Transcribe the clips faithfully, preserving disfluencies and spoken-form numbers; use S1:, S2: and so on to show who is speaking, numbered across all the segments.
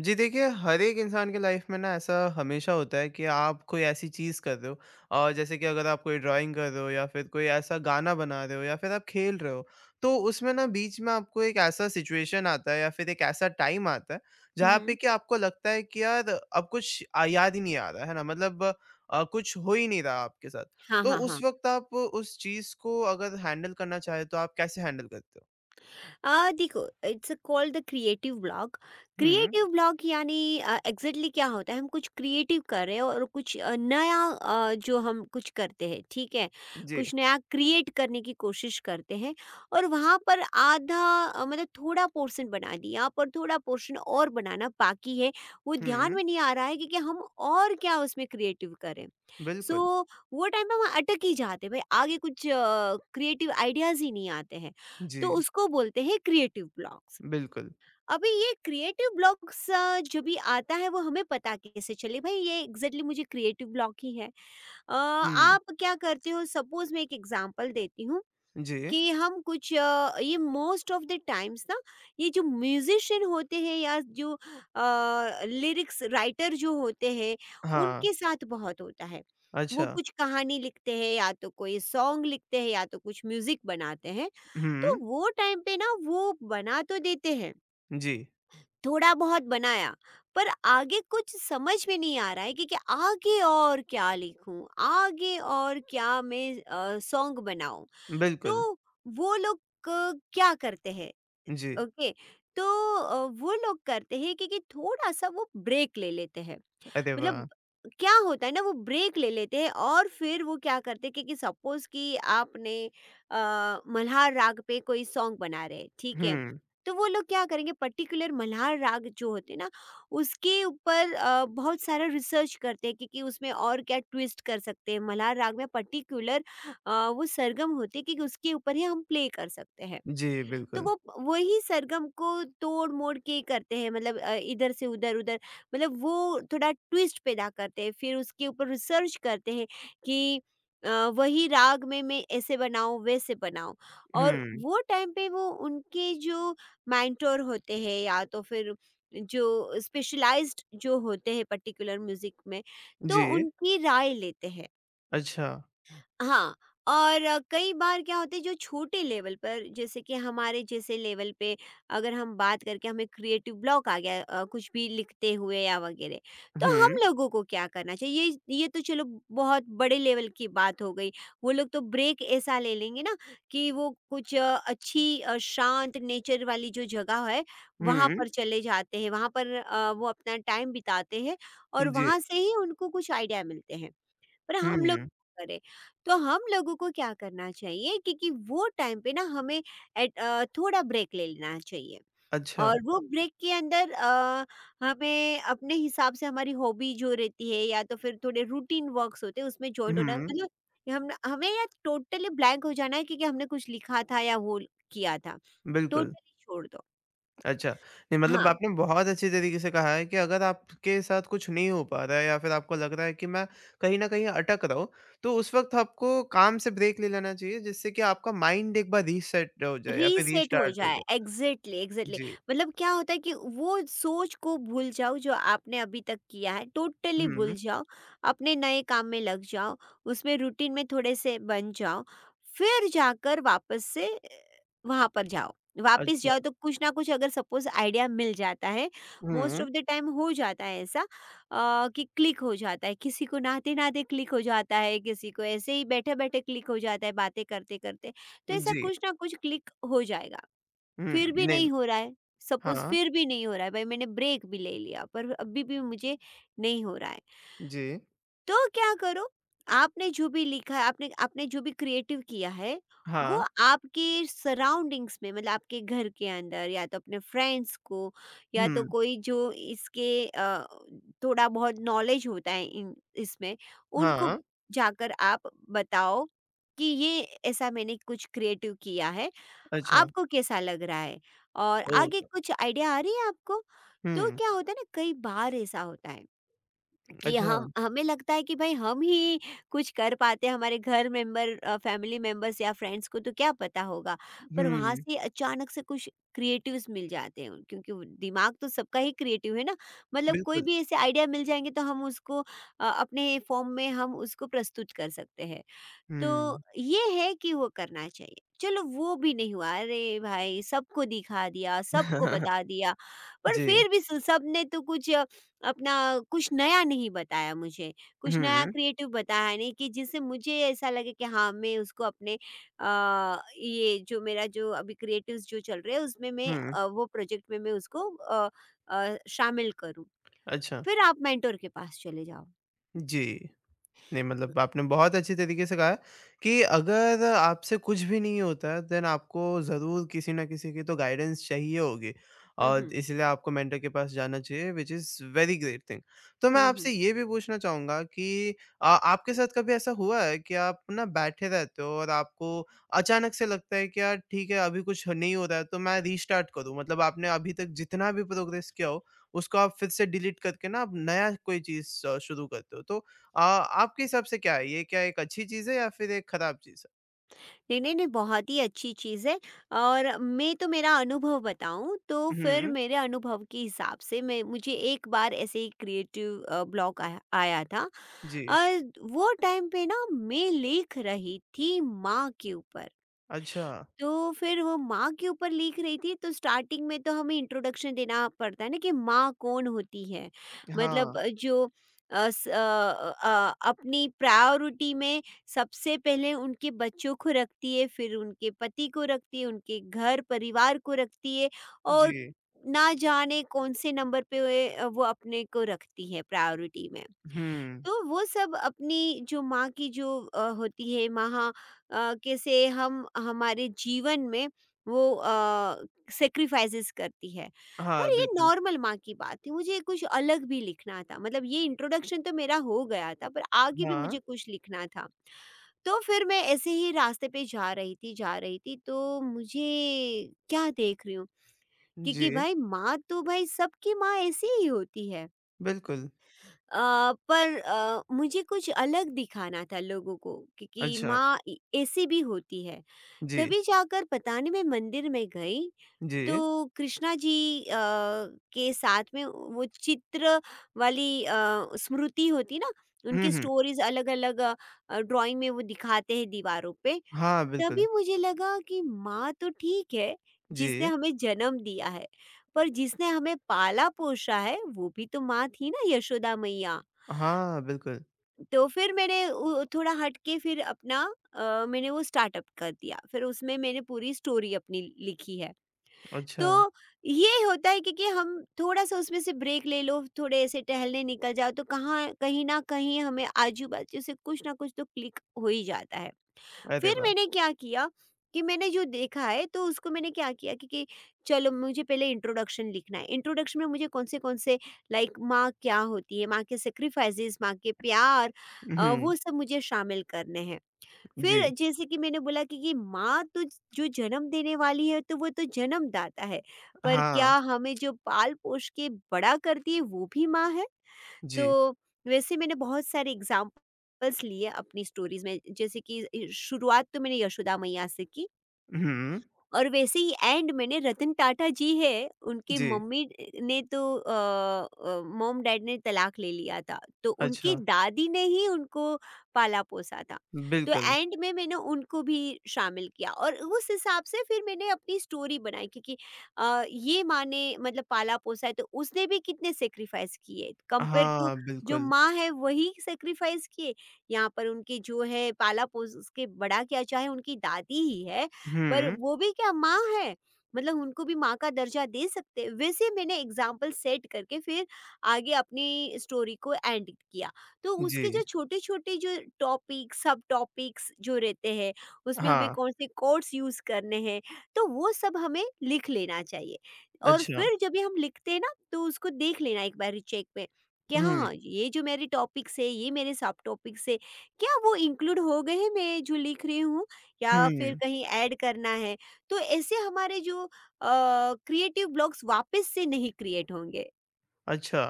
S1: जी देखिए, हर एक इंसान के लाइफ में ना ऐसा हमेशा होता है कि आप कोई ऐसी चीज़ कर रहे हो और जैसे कि अगर आप कोई ड्राइंग कर रहे हो या फिर कोई ऐसा गाना बना रहे हो या फिर आप खेल रहे हो, तो उसमें ना बीच में आपको एक ऐसा सिचुएशन आता है या फिर एक ऐसा टाइम आता है, जहाँ पे
S2: हम्म।
S1: कि आपको लगता है कि यार अब कुछ अ, याद ही नहीं आ रहा है ना? मतलब अ, कुछ हो ही नहीं रहा आपके साथ।
S2: हाँ
S1: तो
S2: हाँ
S1: उस
S2: हाँ।
S1: वक़्त आप उस चीज़ को अगर हैंडल करना चाहें तो आप कैसे हैंडल करते हो?
S2: आ, देखो, it's called the creative blog.
S1: हुँ,
S2: क्रिएटिव ब्लॉग यानी एग्जैक्टली क्या होता है, हम कुछ क्रिएटिव कर रहे हैं और कुछ आ, नया, आ, जो हम कुछ करते हैं, ठीक है।
S1: जी।
S2: कुछ नया क्रिएट करने की कोशिश करते हैं, और वहाँ पर आधा, आ, मतलब थोड़ा पोर्शन बना दिया पर थोड़ा पोर्शन और बनाना बाकी है, वो ध्यान
S1: हुँ,
S2: में नहीं आ रहा है कि, कि हम और क्या उसमें क्रिएटिव करें। सो
S1: बिल्कुल।
S2: वो टाइम पे हम अटक ही जाते हैं, भाई, आगे कुछ क्रिएटिव आइडियाज ही नहीं आते हैं।
S1: जी,
S2: तो उसको बोलते हैं क्रिएटिव ब्लॉक्स।
S1: बिल्कुल।
S2: अभी ये क्रिएटिव ब्लॉक्स, अ, जो भी आता है, वो हमें पता कैसे चले, भाई, ये एग्ज़ैक्टली मुझे क्रिएटिव ब्लॉक ही है। अ,
S1: हुँ,
S2: आप क्या करते हो? सपोज़ मैं एक एग्ज़ाम्पल देती हूँ
S1: जी।
S2: कि हम कुछ, अ, ये मोस्ट ऑफ द टाइम्स ना, ये जो म्यूजिशियन होते हैं या जो लिरिक्स राइटर जो होते हैं,
S1: हाँ,
S2: उनके साथ बहुत होता है।
S1: अच्छा।
S2: वो कुछ कहानी लिखते हैं या तो कोई सॉन्ग लिखते हैं या तो कुछ म्यूजिक बनाते हैं, तो
S1: हुँ,
S2: वो टाइम पे ना वो बना तो देते हैं,
S1: जी,
S2: थोड़ा बहुत बनाया, पर आगे कुछ समझ में नहीं आ रहा है कि, कि आगे और क्या लिखूं, आगे और क्या मैं सॉन्ग बनाऊं।
S1: बिल्कुल,
S2: तो वो लोग क क्या करते हैं?
S1: जी।
S2: ओके। तो अ, वो लोग करते हैं कि कि थोड़ा-सा वो ब्रेक ले लेते हैं।
S1: अरे वाह!
S2: मतलब क्या होता है ना, वो ब्रेक ले लेते हैं और फिर वो क्या करते हैं, क्योंकि सपोज कि आपने, अ, मल्हार राग पे कोई सॉन्ग बना रहे हैं, ठीक है।
S1: हुँ,
S2: तो वो लोग क्या करेंगे, पर्टिकुलर मल्हार राग जो होते हैं ना, उसके ऊपर अ, बहुत सारा रिसर्च करते हैं, क्योंकि उसमें और क्या ट्विस्ट कर सकते हैं? मल्हार राग में पर्टिकुलर वो सरगम होते हैं कि उसके ऊपर ही हम प्ले कर सकते हैं।
S1: जी,
S2: तो
S1: बिल्कुल।
S2: वो वही सरगम को तोड़-मोड़ के करते हैं, मतलब अ, इधर से उधर उधर, मतलब वो थोड़ा ट्विस्ट पैदा करते हैं। फिर उसके ऊपर रिसर्च करते हैं कि अ, वही राग में मैं ऐसे बनाऊँ, वैसे बनाऊँ। और
S1: हुँ,
S2: वो टाइम पे, वो उनके जो मेंटर होते हैं, या तो फिर जो स्पेशलाइज़्ड जो होते हैं पर्टिकुलर म्यूज़िक में, तो
S1: जी,
S2: उनकी राय लेते हैं।
S1: अच्छा।
S2: हाँ, और अ, कई बार क्या होता है, जो छोटे लेवल पर, जैसे कि हमारे जैसे लेवल पे अगर हम बात करके, हमें क्रिएटिव ब्लॉक आ गया, अ, कुछ भी लिखते हुए या वगैरह, तो
S1: हुँ,
S2: हम लोगों को क्या करना चाहिए? ये ये तो चलो बहुत बड़े लेवल की बात हो गई। वो लोग तो ब्रेक ऐसा ले लेंगे ना, कि वो कुछ अ, अच्छी, अ, शांत नेचर वाली जो जगह है, वहाँ
S1: हुँ,
S2: पर चले जाते हैं, वहाँ पर अ, वो अपना टाइम बिताते हैं, और
S1: जी।
S2: वहाँ से ही उनको कुछ आइडिया मिलते हैं। पर हम लोग
S1: हुँ,
S2: क्या करें, तो हम लोगों को क्या करना चाहिए? क्योंकि वो टाइम पे ना हमें एट- अ, थोड़ा ब्रेक ले लेना चाहिए,
S1: अच्छा।
S2: और वो ब्रेक के अंदर अ, हमें अपने हिसाब से हमारी हॉबी जो रहती है, या तो फिर थोड़े रूटीन वर्क्स होते हैं, उसमें ज्वाइंट होना,
S1: हुँ,
S2: मतलब हम हमें या टोटली ब्लैंक हो जाना है, क्योंकि हमने कुछ लिखा था या वो किया था,
S1: बिल्कुल,
S2: टोटली छोड़ दो।
S1: अच्छा। नहीं मतलब
S2: हाँ,
S1: आपने बहुत अच्छे तरीके से कहा है कि अगर आपके साथ कुछ नहीं हो पा रहा है या फिर आपको लग रहा है कि मैं कहीं न कहीं अटक रहा हूँ, तो उस वक़्त आपको काम से ब्रेक ले लेना चाहिए जिससे कि आपका माइंड एक बार रीसेट हो जाए या फिर
S2: रीसेट हो
S1: रीस्टार्ट हो
S2: जाए,
S1: जाए।
S2: Exactly exactly.
S1: जी।
S2: मतलब क्या होता है कि वो सोच को भूल जाओ जो आपने अभी तक किया है, टोटली
S1: हुँ।
S2: भूल जाओ। अपने नए काम में लग जाओ, उसमें रूटीन में थोड़े से बन जाओ, फिर जाकर वापस से वहां पर जाओ। वापस जाओ
S1: अच्छा।
S2: तो कुछ ना कुछ, अगर सपोज, आइडिया मिल जाता है। Most
S1: hmm,
S2: of the time हो जाता है ऐसा, अ, कि क्लिक हो जाता है, किसी को नहाते नहाते क्लिक हो जाता है, किसी को ऐसे ही बैठे बैठे क्लिक हो जाता है, बातें करते करते। तो ऐसा
S1: जी।
S2: कुछ ना कुछ क्लिक हो जाएगा।
S1: हुँ,
S2: फिर भी
S1: नेम
S2: नहीं हो रहा है, सपोज,
S1: हाँ,
S2: फिर भी नहीं हो रहा है भाई, मैंने ब्रेक भी ले लिया पर अभी भी मुझे नहीं हो रहा है,
S1: जी।
S2: तो क्या करो। आपने जो भी लिखा है, आपने आपने जो भी क्रिएटिव किया है, वो
S1: हाँ,
S2: आपके सराउंडिंग्स में, मतलब आपके घर के अंदर, या तो अपने फ्रेंड्स को, या तो
S1: हुँ,
S2: कोई जो इसके, अ, थोड़ा बहुत नॉलेज होता है इन इसमें, उनको
S1: हाँ,
S2: जाकर आप बताओ कि ये ऐसा मैंने कुछ क्रिएटिव किया है,
S1: अच्छा,
S2: आपको कैसा लग रहा है? और आगे
S1: ओके।
S2: कुछ आइडिया आ रही है आपको? तो
S1: हुँ,
S2: क्या होता है ना, कई बार ऐसा होता है कि
S1: अच्छा,
S2: हम हमें लगता है कि भाई हम ही कुछ कर पाते हैं, हमारे घर मेंबर, अ, फैमिली मेंबर्स या फ्रेंड्स को तो क्या पता होगा। पर वहाँ
S1: हुँ,
S2: से अचानक से कुछ क्रिएटिव्स मिल जाते हैं उन- क्योंकि वो दिमाग तो सबका ही क्रिएटिव है ना। मतलब कोई
S1: बिल्कुल,
S2: भी ऐसे आइडिया मिल जाएँगे तो हम उसको, अ, अपने फॉर्म में हम उसको प्रस्तुत कर सकते हैं। तो
S1: हुँ।
S2: ये है कि वो करना चाहिए। चलो वो भी नहीं हुआ, अरे भाई, सबको दिखा दिया, सबको बता दिया, पर
S1: जी,
S2: फिर भी स सबने तो कुछ, अ, अपना कुछ नया नहीं बताया मुझे, कुछ नया
S1: हुँ,
S2: क्रिएटिव बताया नहीं कि जिससे मुझे ऐसा लगे कि हाँ, मैं उसको अपने, अ, ये जो मेरा जो अभी क्रिएटिव्स जो चल रहे हैं उसमें मैं,
S1: हुँ,
S2: अ, वो प्रोजेक्ट में मैं उसको अ अ, शामिल करूँ।
S1: अच्छा,
S2: फिर आप मेंटर के पास चले जाओ।
S1: जी। नहीं मतलब आपने बहुत अच्छी तरीके से कहा है कि अगर आपसे कुछ भी नहीं होता है देन आपको ज़रूर किसी ना किसी की तो गाइडेंस चाहिए होगी
S2: हुँ,
S1: और
S2: हुँ।
S1: इसलिए आपको मेंटर के पास जाना चाहिए which is very great thing. तो मैं
S2: हुँ, हुँ।
S1: आपसे ये भी पूछना चाहूँगा कि अ, आपके साथ कभी ऐसा हुआ है कि आप ना बैठे रहते हो और आपको अचानक से लगता है कि यार ठीक है अभी कुछ नहीं हो रहा है तो मैं रीस्टार्ट करूँ मतलब आपने अभी तक जितना भी प्रोग्रेस किया हो उसको आप फिर से डिलीट करके ना आप नया कोई चीज़ अ, शुरू करते हो। तो अ, आपके हिसाब से क्या है? ये क्या एक अच्छी चीज़ है या फिर एक खराब चीज़
S2: नहीं, नहीं, नहीं, बहुत ही अच्छी चीज़ है। और मैं तो मेरा अनुभव बताऊँ, तो
S1: है?
S2: फिर
S1: हुँ,
S2: मेरे अनुभव के हिसाब से, मैं, मुझे एक बार ऐसे ही क्रिएटिव, अ, ब्लॉक आया आया था।
S1: जी।
S2: और वो टाइम पे ना मैं लिख रही थी माँ के ऊपर।
S1: अच्छा,
S2: तो फिर वो माँ के ऊपर लिख रही थी, तो स्टार्टिंग में तो हमें इंट्रोडक्शन देना पड़ता है ना, कि माँ कौन होती है। मतलब
S1: हाँ,
S2: अ, जो, अ, स- अ, अ, अपनी प्रायोरिटी में सबसे पहले उनके बच्चों को रखती है, फिर उनके पति को रखती है, उनके घर परिवार को रखती है। और
S1: जी।
S2: ना जाने कौन से नंबर पे वे, अ, वो अपने को रखती है प्रायोरिटी में।
S1: हुँ,
S2: तो वो सब अपनी, जो माँ की जो अ, होती है माँ, अ, कैसे हम हमारे जीवन में वो सेक्रीफाइसेस करती है।
S1: हाँ,
S2: पर ये
S1: बिल्कुल।
S2: नॉर्मल माँ की बात थी, मुझे कुछ अलग भी लिखना था, मतलब ये इंट्रोडक्शन तो मेरा हो गया था, पर आगे भी
S1: हाँ,
S2: मुझे कुछ लिखना था। तो फिर मैं ऐसे ही रास्ते पे जा रही थी, जा रही थी, तो मुझे क्या देख रही हूँ, क्योंकि
S1: जी,
S2: भाई माँ तो, भाई सबकी माँ ऐसी ही होती है।
S1: बिल्कुल।
S2: अ, पर अ, मुझे कुछ अलग दिखाना था लोगों को, क्योंकि
S1: अच्छा,
S2: माँ ए- ऐसी भी होती है।
S1: जी,
S2: तभी जाकर, पता नहीं, मैं मंदिर में गई।
S1: जी।
S2: तो कृष्णा जी अ, के साथ में वो चित्र वाली, अ, स्मृति होती ना,
S1: हुँ,
S2: उनकी
S1: हुँ।
S2: स्टोरीज अलग अलग ड्राइंग में वो दिखाते हैं दीवारों पे।
S1: हाँ,
S2: तभी
S1: बिल्कुल।
S2: मुझे लगा कि माँ तो ठीक है जिसने
S1: जी,
S2: हमें जन्म दिया है, पर जिसने हमें पाला पोषा है वो भी तो माँ थी ना, यशोदा मैया।
S1: हाँ, बिल्कुल।
S2: तो फिर मैंने उ थोड़ा हट के फिर अपना, अ, मैंने वो स्टार्टअप कर दिया। फिर उसमें मैंने पूरी स्टोरी अपनी लिखी है।
S1: अच्छा,
S2: तो ये होता है कि कि हम थोड़ा-सा उसमें से ब्रेक ले लो, थोड़े ऐसे टहलने निकल जाओ, तो कहाँ कहीं न कहीं हमें आजू-बाजू से कुछ ना कुछ तो क्लिक हो ही जाता है।
S1: अरे
S2: फिर
S1: वाह!
S2: मैंने क्या किया, कि मैंने जो देखा है तो उसको मैंने क्या किया कि, कि चलो, मुझे पहले इंट्रोडक्शन लिखना है। इंट्रोडक्शन में मुझे कौन से कौन से, लाइक, माँ क्या होती है, माँ के सेक्रीफाइसेस, माँ के प्यार, अ,
S1: हुँ,
S2: वो सब मुझे शामिल करने हैं। फिर
S1: जी,
S2: जैसे कि मैंने बोला कि, कि माँ तो ज- जो जन्म देने वाली है, तो वो तो जन्मदाता है, पर क्या
S1: हाँ,
S2: हमें जो पाल पोष के बड़ा करती है वो भी माँ है।
S1: जी।
S2: तो वैसे मैंने बहुत सारे एग्जाम्पल्स लिए अपनी स्टोरीज में, जैसे कि शुरुआत तो मैंने यशोदा मैया से की,
S1: हुँ,
S2: और वैसे ही एंड मैंने, रतन टाटा जी है, उनके
S1: जी,
S2: मम्मी ने तो, मॉम डैड ने तलाक ले लिया था, तो उनकी
S1: अच्छा,
S2: दादी ने ही उनको पाला पोसा था। तो
S1: बिल्कुल।
S2: एंड में मैंने उनको भी शामिल किया, और उस हिसाब से फिर मैंने अपनी स्टोरी बनाई, क्योंकि अ, ये माँ ने, मतलब पाला पोसा है, तो उसने भी कितने सेक्रीफाइस किए कंपेयर टू
S1: हाँ,
S2: जो
S1: बिल्कुल।
S2: माँ है वही सेक्रीफाइस किए। यहाँ पर उनके जो है पाला पोस के बड़ा, क्या चाहे उनकी दादी ही है, पर
S1: हुँ,
S2: वो भी क्या माँ है, मतलब उनको भी माँ का दर्जा दे सकते हैं। वैसे मैंने एग्ज़ाम्पल सेट करके फिर आगे अपनी स्टोरी को एंड किया। तो उसके जो
S1: जी,
S2: छोटे-छोटे जो टॉपिक, सब टॉपिक्स जो रहते हैं, उसमें हमें
S1: हाँ,
S2: कौन से कोट्स यूज़ करने हैं, तो वो सब हमें लिख लेना चाहिए। और
S1: अच्छा।
S2: फिर जब भी हम लिखते हैं ना, तो उसको देख लेना एक बारी चेक पे कि
S1: हुँ,
S2: हाँ, ये जो मेरे टॉपिक्स है, ये मेरे सब टॉपिक्स है, क्या वो इंक्लूड हो गए हैं मैं जो लिख रही हूँ? या फिर
S1: हुँ।
S2: कहीं ऐड करना है तो ऐसे हमारे जो क्रिएटिव ब्लॉग्स वापस से नहीं क्रिएट होंगे।
S1: अच्छा,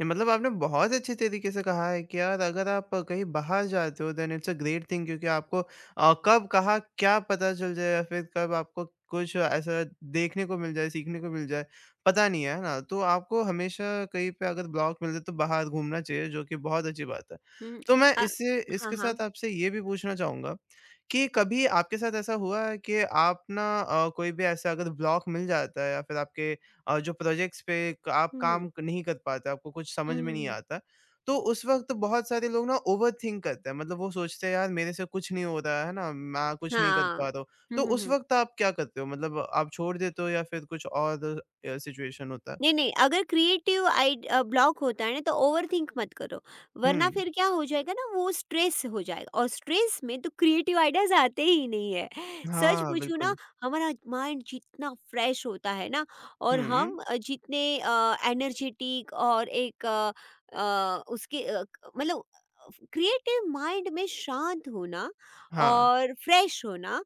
S1: नहीं मतलब आपने बहुत अच्छे तरीके से कहा है कि यार अगर आप कहीं बाहर जाते हो then it's a great thing क्योंकि आपको अ, कब कहाँ क्या पता चल जाए या फिर कब आपको कुछ ऐसा देखने को मिल जाए, सीखने को मिल जाए, पता नहीं है, है ना? तो आपको हमेशा कहीं पे अगर ब्लॉक मिल जाए तो बाहर घूमना चाहिए जो कि बहुत अच्छी बात है।
S2: हम्म।
S1: तो मैं
S2: अ,
S1: इससे
S2: हाँ
S1: इसके
S2: हाँ।
S1: साथ आपसे ये भी पूछना चाहूँगा कि कभी आपके साथ ऐसा हुआ है कि आप ना अ, कोई भी ऐसा अगर ब्लॉक मिल जाता है या फिर आपके और जो प्रोजेक्ट्स पे क आप काम
S2: हम्म
S1: क- नहीं कर पाते, आपको कुछ समझ
S2: हम्म
S1: में
S2: हम्म
S1: नहीं
S2: हम्म,
S1: आता, तो उस वक़्त बहुत सारे लोग ना ओवरथिंक करते हैं। मतलब वो सोचते हैं यार मेरे से कुछ नहीं हो रहा है, है ना? मैं कुछ नहीं कर
S2: हाँ
S1: पा रहा हूँ। तो
S2: हम्म,
S1: उस
S2: हम्म।
S1: वक़्त आप क्या करते हो? मतलब आप छोड़ देते हो या फिर कुछ और अ, सिचुएशन होता है?
S2: नहीं, नहीं, अगर क्रिएटिव आइड अ, ब्लॉक होता है ना तो ओवरथिंक मत करो, वरना
S1: हुँ,
S2: फिर क्या हो जाएगा ना वो स्ट्रेस हो जाएगा और स्ट्रेस में तो क्रिएटिव आइडियाज़ आते ही नहीं है। सच
S1: हाँ,
S2: पूछूँ ना,
S1: बिल्कुल।
S2: हमारा माइंड जितना फ्रेश होता है ना और
S1: हुँ,
S2: हम अ, जितने अ, एनर्जेटिक और एक अ अ, उसके अ, क मतलब क्रिएटिव माइंड में शांत होना
S1: हाँ,
S2: और फ्रेश होना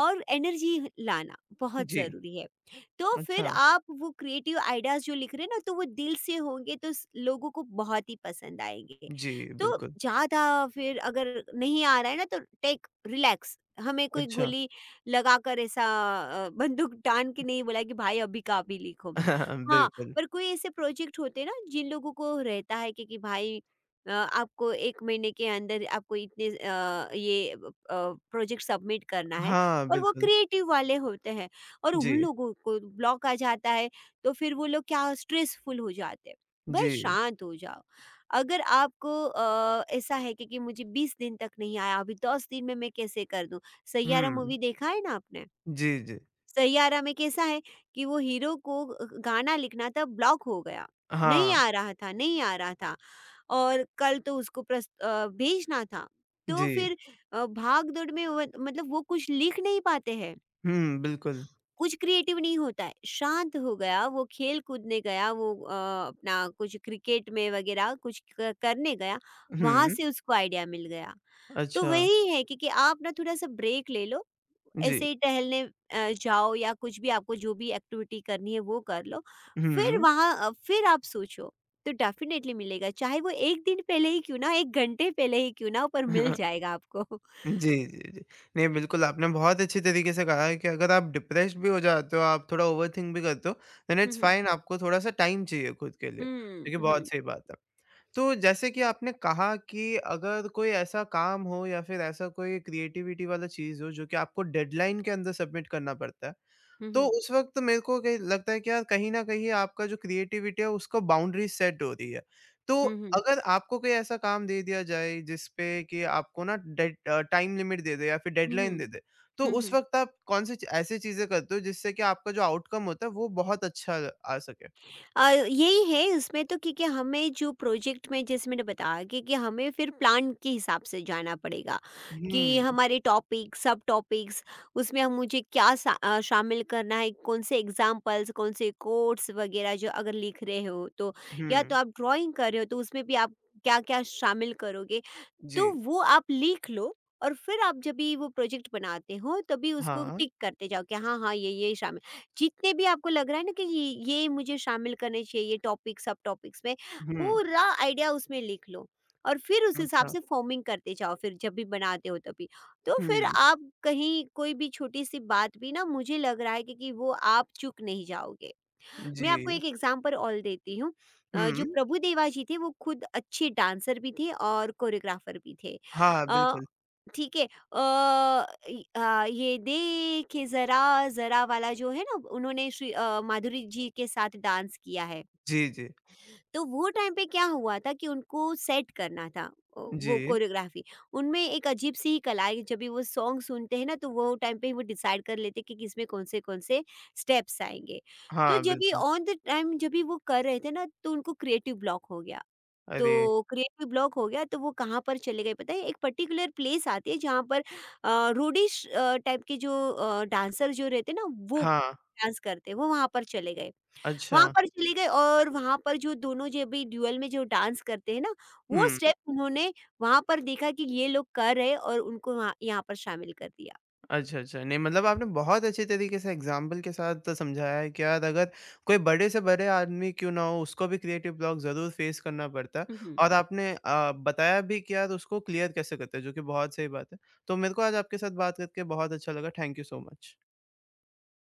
S2: और एनर्जी लाना बहुत
S1: जी।
S2: ज़रूरी है। तो फिर
S1: अच्छा,
S2: आप वो क्रिएटिव आइडियाज़ जो लिख रहे हैं ना तो वो दिल से होंगे तो स लोगों को बहुत ही पसंद आएँगे।
S1: जी,
S2: तो
S1: बिल्कुल।
S2: ज़्यादा फिर अगर नहीं आ रहा है ना तो टेक रिलैक्स, हमें कोई
S1: अच्छा,
S2: गोली लगाकर ऐसा अ, बंदूक तान के नहीं बोला कि भाई अभी का अभी लिखो। हाँ,
S1: बिल्कुल।
S2: पर कोई ऐसे प्रोजेक्ट होते हैं ना जिन लोगों को रहता है कि, कि भाई, अ, आपको एक महीने के अंदर आपको इतने अ, ये अ, प्रोजेक्ट सबमिट करना है
S1: हाँ,
S2: और वो
S1: बिल्कुल।
S2: क्रिएटिव वाले होते हैं। और उन
S1: जी,
S2: लोगों को ब्लॉक आ जाता है तो फिर वो लोग क्या स्ट्रेसफुल हो जाते हैं।
S1: जी।
S2: भाई शांत हो जाओ, अगर आपको अ, ऐसा है कि, कि मुझे बीस दिन तक नहीं आया, अभी दस दिन में मैं कैसे कर दूँ। सैयारा
S1: हुँ,
S2: मूवी देखा है ना आपने।
S1: जी, जी।
S2: सैयारा में कैसा है कि वो हीरो को गाना लिखना था, ब्लॉक हो गया, नहीं
S1: हाँ,
S2: आ रहा था नहीं आ रहा था, और कल तो उसको प्रस, अ, भेजना था। तो
S1: जी।
S2: फिर अ, भाग दौड़ में वो- मतलब वो कुछ लिख नहीं पाते हैं,
S1: हुँ, बिल्कुल।
S2: कुछ क्रिएटिव नहीं होता है, शांत हो गया, वो खेल कूदने गया, वो अ, अपना कुछ क्रिकेट में वगैरह कुछ क करने गया, वहाँ
S1: हुँ,
S2: से उसको आइडिया मिल गया। तो
S1: अच्छा।
S2: वही है कि कि आप ना थोड़ा-सा ब्रेक ले लो,
S1: जी।
S2: ऐसे ही टहलने अ, जाओ या कुछ भी आपको जो भी एक्टिविटी करनी है वो कर लो, फिर
S1: हुँ।
S2: वहाँ अ, फिर आप सोचो, तो डेफ़िनेटली मिलेगा, चाहे वो एक दिन पहले ही क्यों ना, एक घंटे पहले ही क्यों ना, पर मिल जाएगा आपको।
S1: जी, जी, जी। नहीं, बिल्कुल आपने बहुत अच्छी तरीके से कहा है कि अगर आप डिप्रेस्ड भी हो जाते हो, आप थोड़ा ओवरथिंक भी करते हो, then
S2: hmm,
S1: it's
S2: hmm.
S1: Fine आपको थोड़ा-सा टाइम चाहिए खुद के लिए,
S2: हुँ,
S1: जो कि बहुत
S2: हुँ।
S1: सही बात है। तो जैसे कि आपने कहा कि अगर कोई ऐसा काम हो या फिर ऐसा कोई क्रिएटिविटी वाला चीज़ हो जो कि आपको डेडलाइन के अंदर सबमिट करना पड़ता है,
S2: हुँ,
S1: तो
S2: हुँ।
S1: उस वक़्त मेरे को कहीं लगता है कि यार कहीं न कहीं आपका जो क्रिएटिविटी है उसको बाउंड्री सेट हो रही है। तो
S2: हुँ, हुँ।
S1: अगर आपको कोई ऐसा काम दे दिया जाए जिस पे कि आपको ना डेड अ, टाइम लिमिट दे दे या फिर
S2: हुँ,
S1: डेडलाइन
S2: हुँ।
S1: दे दे, तो
S2: हुँ,
S1: उस
S2: हुँ।
S1: वक़्त आप कौन-सी च ऐसी चीज़ें करते हो जिससे कि आपका जो आउटकम होता है वो बहुत अच्छा आ सके?
S2: अ, यही है उसमें तो, क्योंकि हमें जो प्रोजेक्ट में जैसे मैंने बताया कि, कि हमें फिर प्लान के हिसाब से जाना पड़ेगा कि
S1: हुँ,
S2: हमारे टॉपिक सब टॉपिक्स उसमें हम मुझे क्या सा- अ, शामिल करना है, कौन से एग्जाम्पल्स कौन से कोट्स वगैरह, जो अगर लिख रहे हो तो या
S1: हुँ,
S2: तो आप ड्राइंग कर रहे हो तो उसमें भी आप क्या क्या शामिल करोगे, तो
S1: जी,
S2: वो आप लिख लो। और फिर आप जब भी वो प्रोजेक्ट बनाते हो तभी उसको
S1: हाँ,
S2: टिक करते जाओ कि हाँ हाँ ये ये शामिल, जितने भी आपको लग रहा है ना कि ये ये मुझे शामिल करने चाहिए टॉपिक सब टॉपिक्स में,
S1: हुँ,
S2: पूरा आइडिया उसमें लिख लो। और फिर उस हिसाब
S1: अच्छा,
S2: से फॉर्मिंग करते जाओ, फिर जब भी बनाते हो तभी, तो फिर
S1: हुँ,
S2: आप कहीं कोई भी छोटी सी बात भी ना, मुझे लग रहा है कि, कि वो आप चूक नहीं जाओगे।
S1: जी,
S2: मैं आपको एक एग्जांपल और देती हूँ। अ, जो
S1: हुँ,
S2: प्रभु देवा जी थे वो खुद अच्छे डांसर भी थे और कोरियोग्राफर भी थे।
S1: हाँ,
S2: अ,
S1: बिल्कुल,
S2: ठीक है, अ, इ अ, ये देखे ज़रा, ज़रा वाला जो है ना, उन्होंने श्री अ, माधुरी जी के साथ डांस किया है।
S1: जी, जी,
S2: तो वो टाइम पे क्या हुआ था कि उनको सेट करना था अ, वो
S1: जी,
S2: कोरियोग्राफ़ी। उनमें एक अजीब-सी ही कला है, जब भी वो सॉन्ग सुनते हैं ना तो वो टाइम पे ही वो डिसाइड कर लेते हैं कि किसमें कौन-से-कौन से कौन से स्टेप्स आएँगे। तो
S1: हाँ,
S2: जब भी
S1: बिल्कुल,
S2: ऑन द टाइम जब भी वो कर रहे थे ना तो उनको क्रिएटिव ब्लॉक हो गया।
S1: अरे!
S2: तो क्रिएटिव ब्लॉक हो गया तो वो कहाँ पर चले गए पता है, एक पर्टिकुलर प्लेस आती है जहाँ पर अ, रोडिश अ, टाइप के जो अ, डांसर जो रहते हैं ना, वो
S1: हाँ,
S2: डांस करते हैं, वो वहाँ पर चले गए।
S1: अच्छा।
S2: वहाँ पर चले गए और वहाँ पर जो दोनों जो भी ड्यूअल में जो डांस करते हैं ना, वो
S1: हुँ।
S2: स्टेप उन्होंने वहाँ पर देखा कि ये लोग कर रहे हैं और उनको वहाँ यहाँ पर शामिल कर दिया।
S1: अच्छा, अच्छा। नहीं मतलब आपने बहुत अच्छे तरीके से एग्ज़ाम्पल के साथ समझाया है कि यार अगर कोई बड़े से बड़े आदमी क्यों ना हो उसको भी क्रिएटिव ब्लॉक ज़रूर फ़ेस करना पड़ता है
S2: हम्म।
S1: और आपने अ, बताया भी कि यार उसको क्लियर कैसे करते हैं, जो कि बहुत सही बात है। तो मेरे को आज आपके साथ बात करके बहुत अच्छा लगा। Thank you so much.